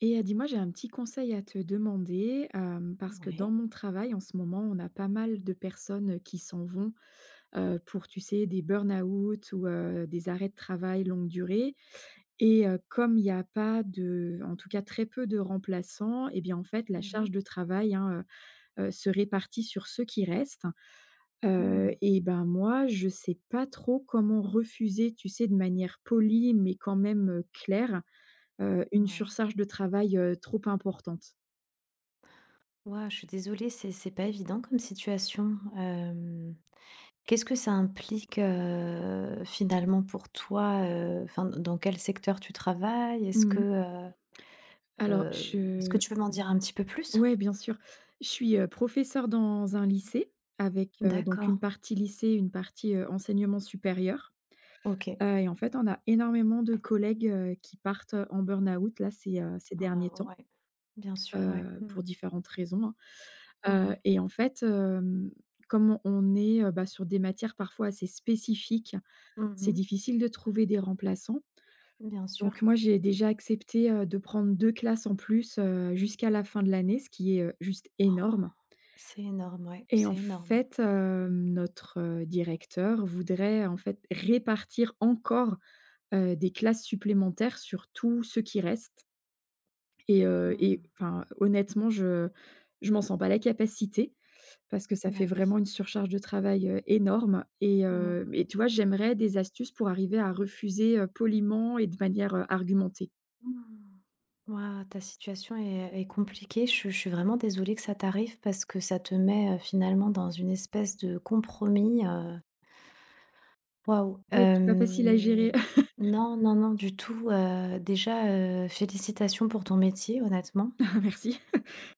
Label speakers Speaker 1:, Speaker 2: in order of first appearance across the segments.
Speaker 1: Dis-moi, j'ai un petit conseil à te demander, parce que dans
Speaker 2: Ouais.
Speaker 1: mon travail, en ce moment, on a pas mal de personnes qui s'en vont, pour, tu sais, des burn-out ou des arrêts de travail longue durée. Comme il y a pas de en tout cas très peu de remplaçants, et bien, en fait, la
Speaker 2: Mmh mh.
Speaker 1: charge de travail, hein, se répartit sur ceux qui restent.
Speaker 2: Mmh.
Speaker 1: Ben, moi, je sais pas trop comment refuser, tu sais, de manière polie mais quand même, claire. Une
Speaker 2: Ouais.
Speaker 1: surcharge de travail, trop importante.
Speaker 2: Waouh, je suis désolée, c'est pas évident comme situation. Qu'est-ce que ça implique, finalement pour toi? Enfin, dans quel secteur tu travailles? Est-ce que,
Speaker 1: Mmh.
Speaker 2: heu
Speaker 1: Alors
Speaker 2: heu, est-ce que
Speaker 1: je
Speaker 2: tu peux m'en dire un petit peu plus?
Speaker 1: Ouais, bien sûr. Je suis, professeure dans un lycée avec, donc une
Speaker 2: D'accord,
Speaker 1: partie lycée, une partie, enseignement supérieur.
Speaker 2: OK.
Speaker 1: En fait, on a énormément de collègues, qui partent, en burn-out là ces derniers
Speaker 2: Waouh,
Speaker 1: temps,
Speaker 2: ouais. Bien sûr, ouais. Mmh.
Speaker 1: pour différentes raisons,
Speaker 2: Mmh
Speaker 1: hein.
Speaker 2: mh.
Speaker 1: En fait, comme on est, bah, sur des matières parfois assez spécifiques, c'est
Speaker 2: Mmh.
Speaker 1: difficile de trouver des remplaçants.
Speaker 2: Bien
Speaker 1: Donc
Speaker 2: sûr.
Speaker 1: moi, j'ai déjà accepté, de prendre 2 classes en plus, jusqu'à la fin de l'année, ce qui est, juste
Speaker 2: Oh.
Speaker 1: énorme.
Speaker 2: C'est énorme, ouais,
Speaker 1: Et
Speaker 2: c'est
Speaker 1: en
Speaker 2: énorme.
Speaker 1: fait, notre, directeur voudrait, en fait, répartir encore, des classes supplémentaires sur tous ceux qui restent. et heu
Speaker 2: Mmh.
Speaker 1: et enfin, honnêtement, je m'en sens pas la capacité parce que ça fait
Speaker 2: Bah oui.
Speaker 1: vraiment une surcharge de travail, énorme. et heu
Speaker 2: Mmh.
Speaker 1: et tu vois, j'aimerais des astuces pour arriver à refuser, poliment et de manière, argumentée.
Speaker 2: Mmh. Waouh, ta situation est compliquée. Je suis vraiment désolée que ça t'arrive parce que ça te met, finalement dans une espèce de compromis, waouh,
Speaker 1: Oui, qui est pas facile à gérer.
Speaker 2: non, non, non, du tout, déjà, félicitations pour ton métier, honnêtement.
Speaker 1: Ah, merci.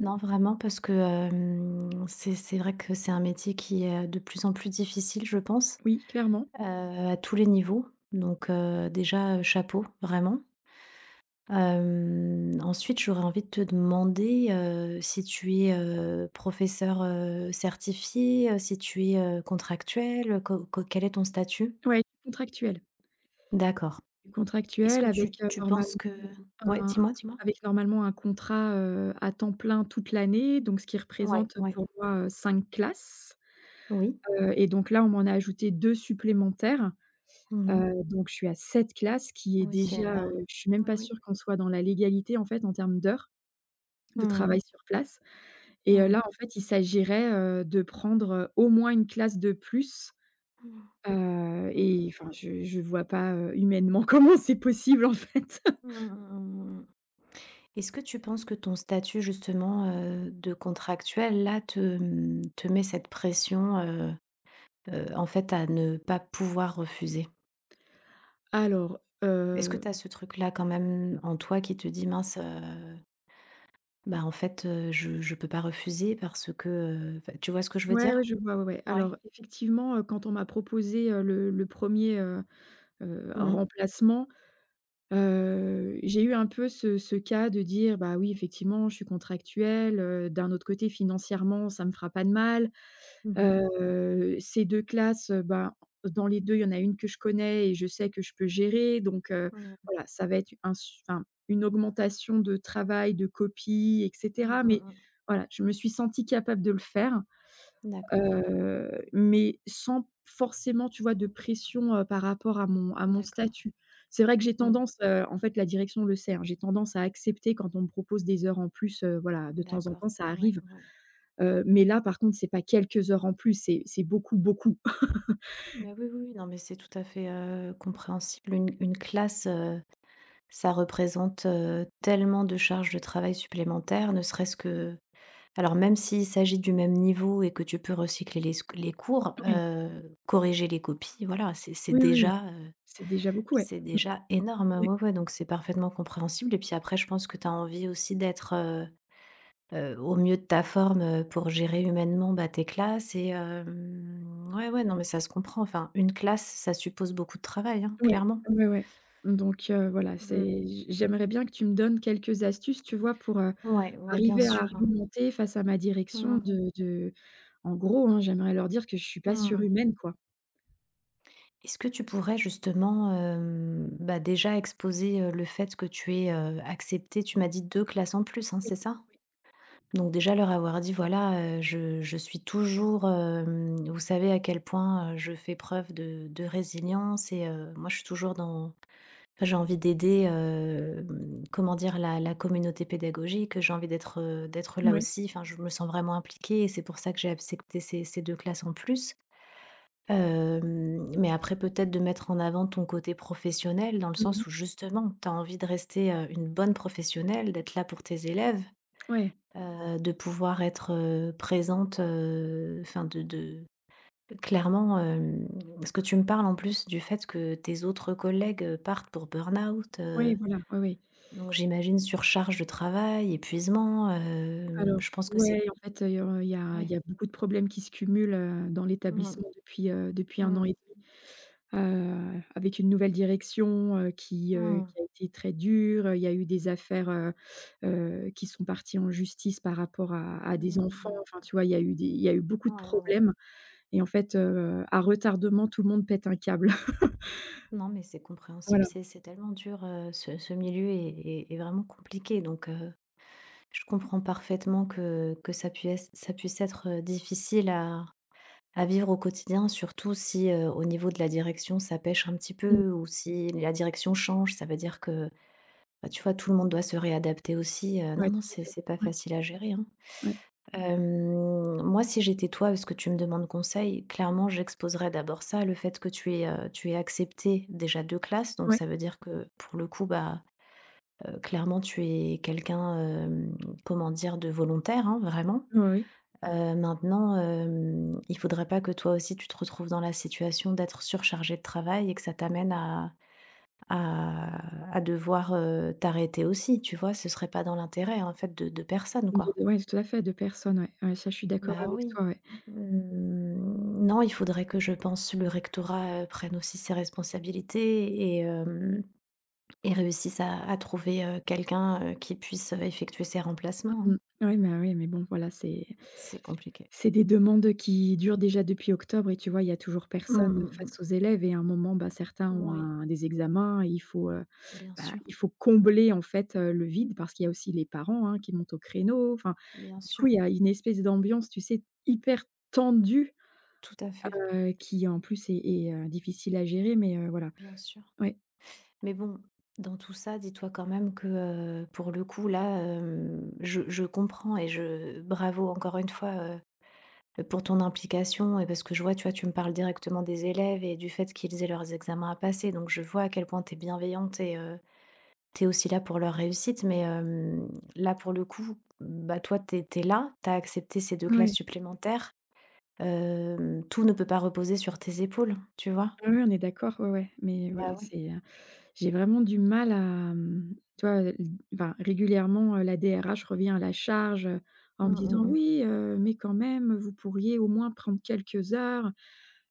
Speaker 2: Non, vraiment parce que, c'est vrai que c'est un métier qui est de plus en plus difficile, je pense,
Speaker 1: Oui, clairement.
Speaker 2: à tous les niveaux. Donc, déjà, chapeau, vraiment. Ensuite, j'aurais envie de te demander, si tu es, professeur, certifié, si tu es, contractuel, co co quel est ton statut?
Speaker 1: Ouais, contractuel.
Speaker 2: D'accord. Est-ce
Speaker 1: Contractuel
Speaker 2: que tu tu penses que ouais,
Speaker 1: un
Speaker 2: dis-moi, dis-moi?
Speaker 1: avec normalement un contrat, à temps plein toute l'année, donc ce qui
Speaker 2: Ouais,
Speaker 1: représente
Speaker 2: ouais,
Speaker 1: pour moi, 5 classes,
Speaker 2: oui.
Speaker 1: donc là, on m'en a ajouté 2 supplémentaires,
Speaker 2: Mmh.
Speaker 1: donc je suis à 7 classes qui est
Speaker 2: Oui, c'est
Speaker 1: déjà,
Speaker 2: énorme.
Speaker 1: je suis même
Speaker 2: Oui,
Speaker 1: pas
Speaker 2: oui.
Speaker 1: sûre qu'on soit dans la légalité, en fait, en termes d'heures de
Speaker 2: Mmh.
Speaker 1: travail sur place. Et
Speaker 2: Mmh.
Speaker 1: là, en fait, il s'agirait, de prendre, au moins une classe de plus.
Speaker 2: Mmh.
Speaker 1: Enfin, je vois pas, humainement comment c'est possible, en fait.
Speaker 2: Mmh mh, mmh. Est-ce que tu penses que ton statut justement, de contractuel là te met cette pression, en fait, à ne pas pouvoir refuser.
Speaker 1: Alors,
Speaker 2: Est-ce que tu as ce truc-là quand même en toi qui te dit: «Mince, bah, en fait, je peux pas refuser parce que», enfin, tu vois ce que je veux
Speaker 1: ouais, ouais,
Speaker 2: dire?
Speaker 1: je vois, ouais, ouais.
Speaker 2: Ouais.
Speaker 1: Alors, effectivement, quand on m'a proposé, le 1
Speaker 2: Mmh.
Speaker 1: remplacement, j'ai eu un peu ce cas de dire: «Bah oui, effectivement, je suis contractuelle, d'un autre côté, financièrement, ça me fera pas de mal.
Speaker 2: Mmh mh.
Speaker 1: Ces 2 classes, ben, dans les 2, il y en a une que je connais et je sais que je peux gérer, donc
Speaker 2: Mmh.
Speaker 1: voilà, ça va être un su enfin, une augmentation de travail, de copies et
Speaker 2: Mmh,
Speaker 1: cetera, mais
Speaker 2: mmh.
Speaker 1: voilà, je me suis sentie capable de le faire,
Speaker 2: D'accord.
Speaker 1: mais sans forcément, tu vois, de pression, par rapport à mon
Speaker 2: D'accord.
Speaker 1: statut. C'est vrai que j'ai
Speaker 2: Mmh.
Speaker 1: tendance, en fait, la direction le sait, hein, j'ai tendance à accepter quand on me propose des heures en plus, voilà, de temps en temps,
Speaker 2: D'accord.
Speaker 1: ça
Speaker 2: Ouais,
Speaker 1: arrive.
Speaker 2: ouais.
Speaker 1: Mais là, par contre, c'est pas quelques heures en plus, c'est beaucoup, beaucoup.
Speaker 2: Mais oui, oui, oui, non, mais c'est tout à fait, compréhensible. Une classe, ça représente, tellement de charges de travail supplémentaires, ne serait-ce que... Alors, même s'il s'agit du même niveau et que tu peux recycler les cours,
Speaker 1: Oui.
Speaker 2: corriger les copies, voilà, c'est c'est
Speaker 1: Oui, oui, oui,
Speaker 2: déjà, heu,
Speaker 1: c'est déjà beaucoup, ouais.
Speaker 2: c'est déjà énorme. Ouais,
Speaker 1: Mais
Speaker 2: ouais, ouais, donc c'est parfaitement compréhensible et puis après je pense que tu as envie aussi d'être, au mieux de ta forme, pour gérer humainement, bah, tes classes et ouais, ouais, non mais ça se comprend. Enfin, une classe, ça suppose beaucoup de travail, hein,
Speaker 1: ouais.
Speaker 2: clairement.
Speaker 1: Ouais, ouais. Donc voilà,
Speaker 2: Mmh.
Speaker 1: c'est j j'aimerais bien que tu me donnes quelques astuces, tu vois, pour,
Speaker 2: Ouais, ouais, bien
Speaker 1: arriver à
Speaker 2: sûr, hein.
Speaker 1: argumenter face à ma direction
Speaker 2: Mmh.
Speaker 1: de en gros, hein, j'aimerais leur dire que je suis pas
Speaker 2: Mmh.
Speaker 1: surhumaine, quoi.
Speaker 2: Est-ce que tu pourrais justement, bah, déjà exposer, le fait que tu aies accepté, tu m'as dit, 2 classes en plus, hein,
Speaker 1: Oui,
Speaker 2: c'est ça? Donc déjà leur avoir dit: «Voilà, je suis toujours, vous savez à quel point, je fais preuve de résilience et moi je suis toujours dans, enfin, j'ai envie d'aider, comment dire, la communauté pédagogique, j'ai envie d'être, d'être
Speaker 1: oui,
Speaker 2: là
Speaker 1: ouais.
Speaker 2: aussi, enfin je me sens vraiment impliquée et c'est pour ça que j'ai accepté ces 2 classes en plus». Mais après peut-être de mettre en avant ton côté professionnel, dans le
Speaker 1: Mmh mh.
Speaker 2: sens où justement, tu as envie de rester, une bonne professionnelle, d'être là pour tes élèves,
Speaker 1: Ouais,
Speaker 2: de pouvoir être, présente, enfin de clairement, parce que tu me parles en plus du fait que tes autres collègues, partent pour burn-out,
Speaker 1: ouais, voilà, ouais, ouais.
Speaker 2: donc j'imagine surcharge de travail, épuisement,
Speaker 1: Alors
Speaker 2: je pense que c'est
Speaker 1: ouais, en fait, il y a il
Speaker 2: ouais.
Speaker 1: y a beaucoup de problèmes qui se cumulent, dans
Speaker 2: Mmh.
Speaker 1: l'établissement depuis
Speaker 2: Mmh.
Speaker 1: un an
Speaker 2: Mmh.
Speaker 1: et demi. Avec une nouvelle direction, qui, heu,
Speaker 2: Mmh.
Speaker 1: qui a été très dure. Il y a eu des affaires, qui sont parties en justice par rapport à
Speaker 2: Mmh
Speaker 1: des enfants.
Speaker 2: mh.
Speaker 1: Enfin, tu vois, il y a eu beaucoup de
Speaker 2: Ouais, ouais, ouais.
Speaker 1: problèmes et en fait, à retardement, tout le monde pète un câble.
Speaker 2: Non, mais c'est compréhensible,
Speaker 1: Voilà.
Speaker 2: c'est tellement dur, ce milieu est vraiment compliqué donc je comprends parfaitement que ça puisse être, difficile à vivre au quotidien, surtout si, au niveau de la direction, ça pêche un petit
Speaker 1: Mmh.
Speaker 2: peu, ou si la direction change, ça veut dire que, bah, tu vois, tout le monde doit se réadapter aussi, non,
Speaker 1: Ouais,
Speaker 2: non,
Speaker 1: tout à
Speaker 2: c'est
Speaker 1: fait.
Speaker 2: c'est pas
Speaker 1: Ouais,
Speaker 2: facile à gérer, hein.
Speaker 1: ouais,
Speaker 2: Moi, si j'étais toi, parce que tu me demandes conseil, clairement, j'exposerais d'abord ça, le fait que tu es accepté déjà 2 classes. Donc
Speaker 1: ouais,
Speaker 2: ça veut dire que, pour le coup, bah, clairement, tu es quelqu'un, comment dire, de volontaire, hein, vraiment.
Speaker 1: ouais, ouais, oui.
Speaker 2: Maintenant, il faudrait pas que toi aussi tu te retrouves dans la situation d'être surchargé de travail et que ça t'amène à devoir, t'arrêter aussi, tu vois? Ce serait pas dans l'intérêt, en fait, de personne, quoi.
Speaker 1: De Ouais, tout à fait, de personnes, ouais. Ouais, ça, je suis d'accord
Speaker 2: Bah
Speaker 1: avec
Speaker 2: oui.
Speaker 1: toi, ouais.
Speaker 2: Mmh, non, il faudrait, que je pense, le rectorat, prenne aussi ses responsabilités et hem et réussisse à trouver, quelqu'un, qui puisse, effectuer ses remplacements, hein.
Speaker 1: Mmh. Ouais, mais oui, mais bon, voilà. c'est
Speaker 2: C'est compliqué.
Speaker 1: C'est des demandes qui durent déjà depuis octobre et tu vois, il y a toujours
Speaker 2: Mmh
Speaker 1: personne
Speaker 2: mh
Speaker 1: face aux
Speaker 2: mh.
Speaker 1: élèves, et à un moment, bah, certains ont
Speaker 2: Oui,
Speaker 1: un des examens et il faut, heu,
Speaker 2: bien
Speaker 1: bah,
Speaker 2: sûr,
Speaker 1: il faut combler en fait, le vide, parce qu'il y a aussi les parents, hein, qui montent au créneau. Enfin,
Speaker 2: bien
Speaker 1: du
Speaker 2: sûr,
Speaker 1: coup, il y a une espèce d'ambiance, tu sais, hyper tendue,
Speaker 2: tout à fait,
Speaker 1: qui en plus est, difficile à gérer, mais voilà.
Speaker 2: bien sûr.
Speaker 1: Ouais,
Speaker 2: Mais bon, dans tout ça, dis-toi quand même que, pour le coup là, je comprends et, je bravo encore une fois, pour ton implication, et parce que je vois, tu me parles directement des élèves et du fait qu'ils aient leurs examens à passer. Donc, je vois à quel point tu es bienveillante et tu es aussi là pour leur réussite. Mais là, pour le coup, bah, toi, tu as accepté ces deux
Speaker 1: ouais,
Speaker 2: classes
Speaker 1: ouais,
Speaker 2: supplémentaires. Tout ne peut pas reposer sur tes épaules, tu vois.
Speaker 1: ouais, on est d'accord, ouais, ouais, mais voilà,
Speaker 2: Bah oui.
Speaker 1: c'est. J'ai vraiment du mal à, tu vois, l enfin, régulièrement, la DRH revient à la charge, en me disant: «Oui, mais quand même, vous pourriez au moins prendre quelques heures.»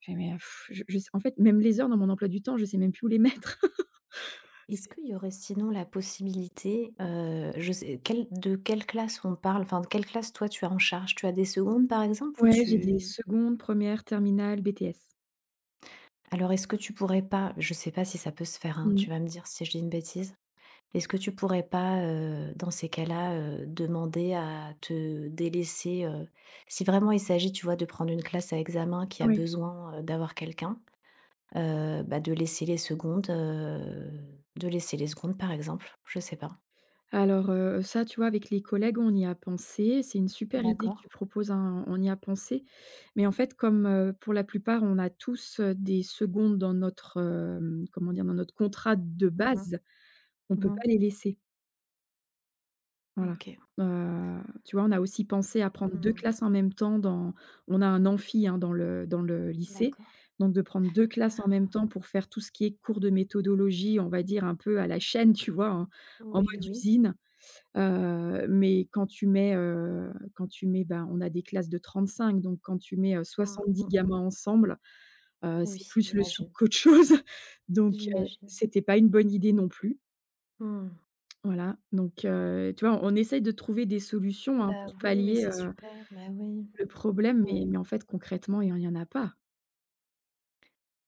Speaker 1: Je fais: «Mais pff, je sais», en fait, même les heures dans mon emploi du temps, je sais même plus où les mettre.
Speaker 2: Est-ce
Speaker 1: C'est.
Speaker 2: qu'il y aurait sinon la possibilité, je sais, de quelle classe on parle, enfin de quelle classe toi tu as en charge? Tu as des secondes par exemple, ou
Speaker 1: Ouais, j'ai des
Speaker 2: tu...
Speaker 1: secondes, premières, terminales, BTS.
Speaker 2: Alors, est-ce que tu pourrais pas, je sais pas si ça peut se faire, hein, tu
Speaker 1: Mmh.
Speaker 2: vas me dire si je dis une bêtise. Est-ce que tu pourrais pas, dans ces cas-là, demander à te délaisser, si vraiment il s'agit, tu vois, de prendre une classe à examen qui a
Speaker 1: Ouais.
Speaker 2: besoin, d'avoir quelqu'un, bah, de laisser les secondes, de laisser les secondes, par exemple? Je sais pas.
Speaker 1: Alors, ça, tu vois, avec les collègues, on y a pensé. C'est une super idée que
Speaker 2: D'accord.
Speaker 1: tu proposes, hein, on y a pensé. Mais en fait, comme, pour la plupart, on a tous, des secondes dans notre, comment dire? Dans notre contrat de
Speaker 2: Mmh mh.
Speaker 1: base, on ne peut
Speaker 2: Mmh.
Speaker 1: pas les laisser. Voilà.
Speaker 2: OK.
Speaker 1: Heu, Tu vois, on a aussi pensé à prendre 2
Speaker 2: Mmh.
Speaker 1: classes en même temps. Dans On a un amphi, hein, dans le lycée.
Speaker 2: D'accord.
Speaker 1: Donc de prendre 2 classes en même
Speaker 2: Ah!
Speaker 1: temps pour faire tout ce qui est cours de méthodologie, on va dire un peu à la chaîne, tu vois? En
Speaker 2: Oui, oui,
Speaker 1: mode
Speaker 2: oui.
Speaker 1: usine. Mais quand tu mets, ben, on a des classes de 35, donc quand tu mets soixante
Speaker 2: Mmh,
Speaker 1: dix
Speaker 2: mmh mh.
Speaker 1: gamins ensemble, c'est
Speaker 2: Oui,
Speaker 1: plus le souk
Speaker 2: j'imagine.
Speaker 1: qu'autre chose. Donc
Speaker 2: J'imagine.
Speaker 1: c'était pas une bonne idée non plus.
Speaker 2: Mmh.
Speaker 1: Voilà, donc tu vois, on essaye de trouver des solutions, hein,
Speaker 2: Bah
Speaker 1: pour
Speaker 2: oui, mais
Speaker 1: pallier,
Speaker 2: c'est super, bah oui,
Speaker 1: le problème, mais
Speaker 2: ouais.
Speaker 1: en fait, concrètement, il en a pas.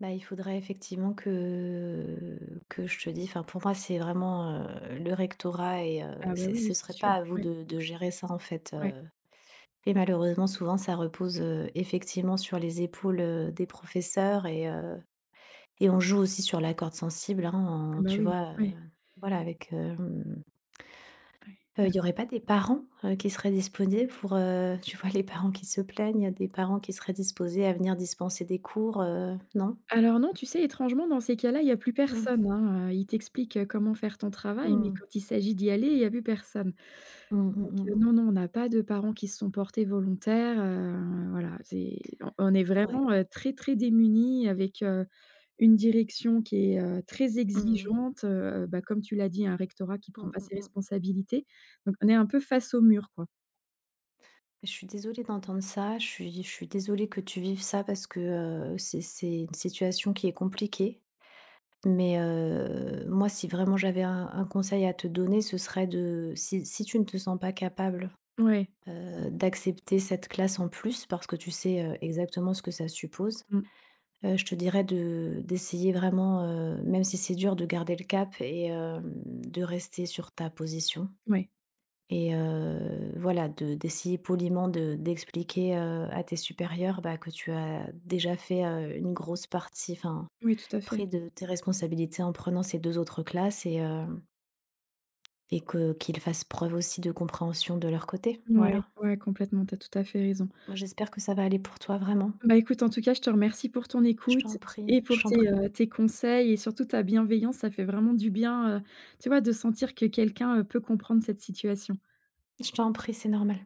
Speaker 2: Bah, il faudrait effectivement que je te dise, enfin, pour moi, c'est vraiment, le rectorat, et
Speaker 1: Ah bah,
Speaker 2: c'est
Speaker 1: oui, oui,
Speaker 2: ce
Speaker 1: c'est
Speaker 2: serait
Speaker 1: sûr.
Speaker 2: pas à vous
Speaker 1: Ouais,
Speaker 2: de gérer ça, en fait,
Speaker 1: ouais.
Speaker 2: et malheureusement, souvent, ça repose, effectivement sur les épaules, des professeurs et on joue aussi sur la corde sensible, hein,
Speaker 1: Ah
Speaker 2: en
Speaker 1: bah,
Speaker 2: tu
Speaker 1: oui.
Speaker 2: vois,
Speaker 1: Ouais,
Speaker 2: voilà, avec, hem
Speaker 1: ouais.
Speaker 2: Heu,
Speaker 1: Ouais.
Speaker 2: il y aurait pas des parents, qui seraient disponibles pour, tu vois, les parents qui se plaignent, il y a des parents qui seraient disposés à venir dispenser des cours, non?
Speaker 1: Alors non, tu sais, étrangement, dans ces cas-là, il y a plus
Speaker 2: Mmh.
Speaker 1: personne, hein, ils t'expliquent comment faire ton travail, mais
Speaker 2: Mmh.
Speaker 1: quand il s'agit d'y aller, il y a plus personne.
Speaker 2: Mmh mh
Speaker 1: Donc
Speaker 2: mh.
Speaker 1: non, non, on n'a pas de parents qui se sont portés volontaires, voilà, c'est on est
Speaker 2: Ouais.
Speaker 1: vraiment, très, très démunis, avec, une direction qui est, très
Speaker 2: Mmh mh.
Speaker 1: exigeante, bah, comme tu l'as dit, un rectorat qui prend
Speaker 2: Mmh
Speaker 1: pas ses
Speaker 2: mh.
Speaker 1: responsabilités. Donc on est un peu face au mur, quoi.
Speaker 2: Je suis désolée d'entendre ça, je suis désolée que tu vives ça parce que, c'est une situation qui est compliquée. Mais, moi, si vraiment j'avais un conseil à te donner, ce serait de, si tu ne te sens pas capable
Speaker 1: Ouais,
Speaker 2: d'accepter cette classe en plus parce que tu sais, exactement ce que ça suppose.
Speaker 1: mmh,
Speaker 2: Je te dirais de d'essayer vraiment, même si c'est dur, de garder le cap et, de rester sur ta position
Speaker 1: ouais,
Speaker 2: et, voilà, de d'essayer poliment de d'expliquer, à tes supérieurs, bah, que tu as déjà fait, une grosse partie, enfin,
Speaker 1: oui, tout à fait.
Speaker 2: pris de tes responsabilités en prenant ces 2 autres classes, et hem et que qu'ils fassent preuve aussi de compréhension de leur côté,
Speaker 1: Ouais,
Speaker 2: voilà.
Speaker 1: ouais, complètement, tu as tout à fait raison.
Speaker 2: Moi, j'espère que ça va aller pour toi, vraiment.
Speaker 1: Bah, écoute, en tout cas, je te remercie pour ton
Speaker 2: Je t'en
Speaker 1: écoute
Speaker 2: prie,
Speaker 1: et
Speaker 2: je
Speaker 1: pour
Speaker 2: t'en
Speaker 1: tes,
Speaker 2: prie,
Speaker 1: heu, tes conseils et surtout ta bienveillance. Ça fait vraiment du bien, tu vois, de sentir que quelqu'un peut comprendre cette situation.
Speaker 2: je t'en prie, c'est normal.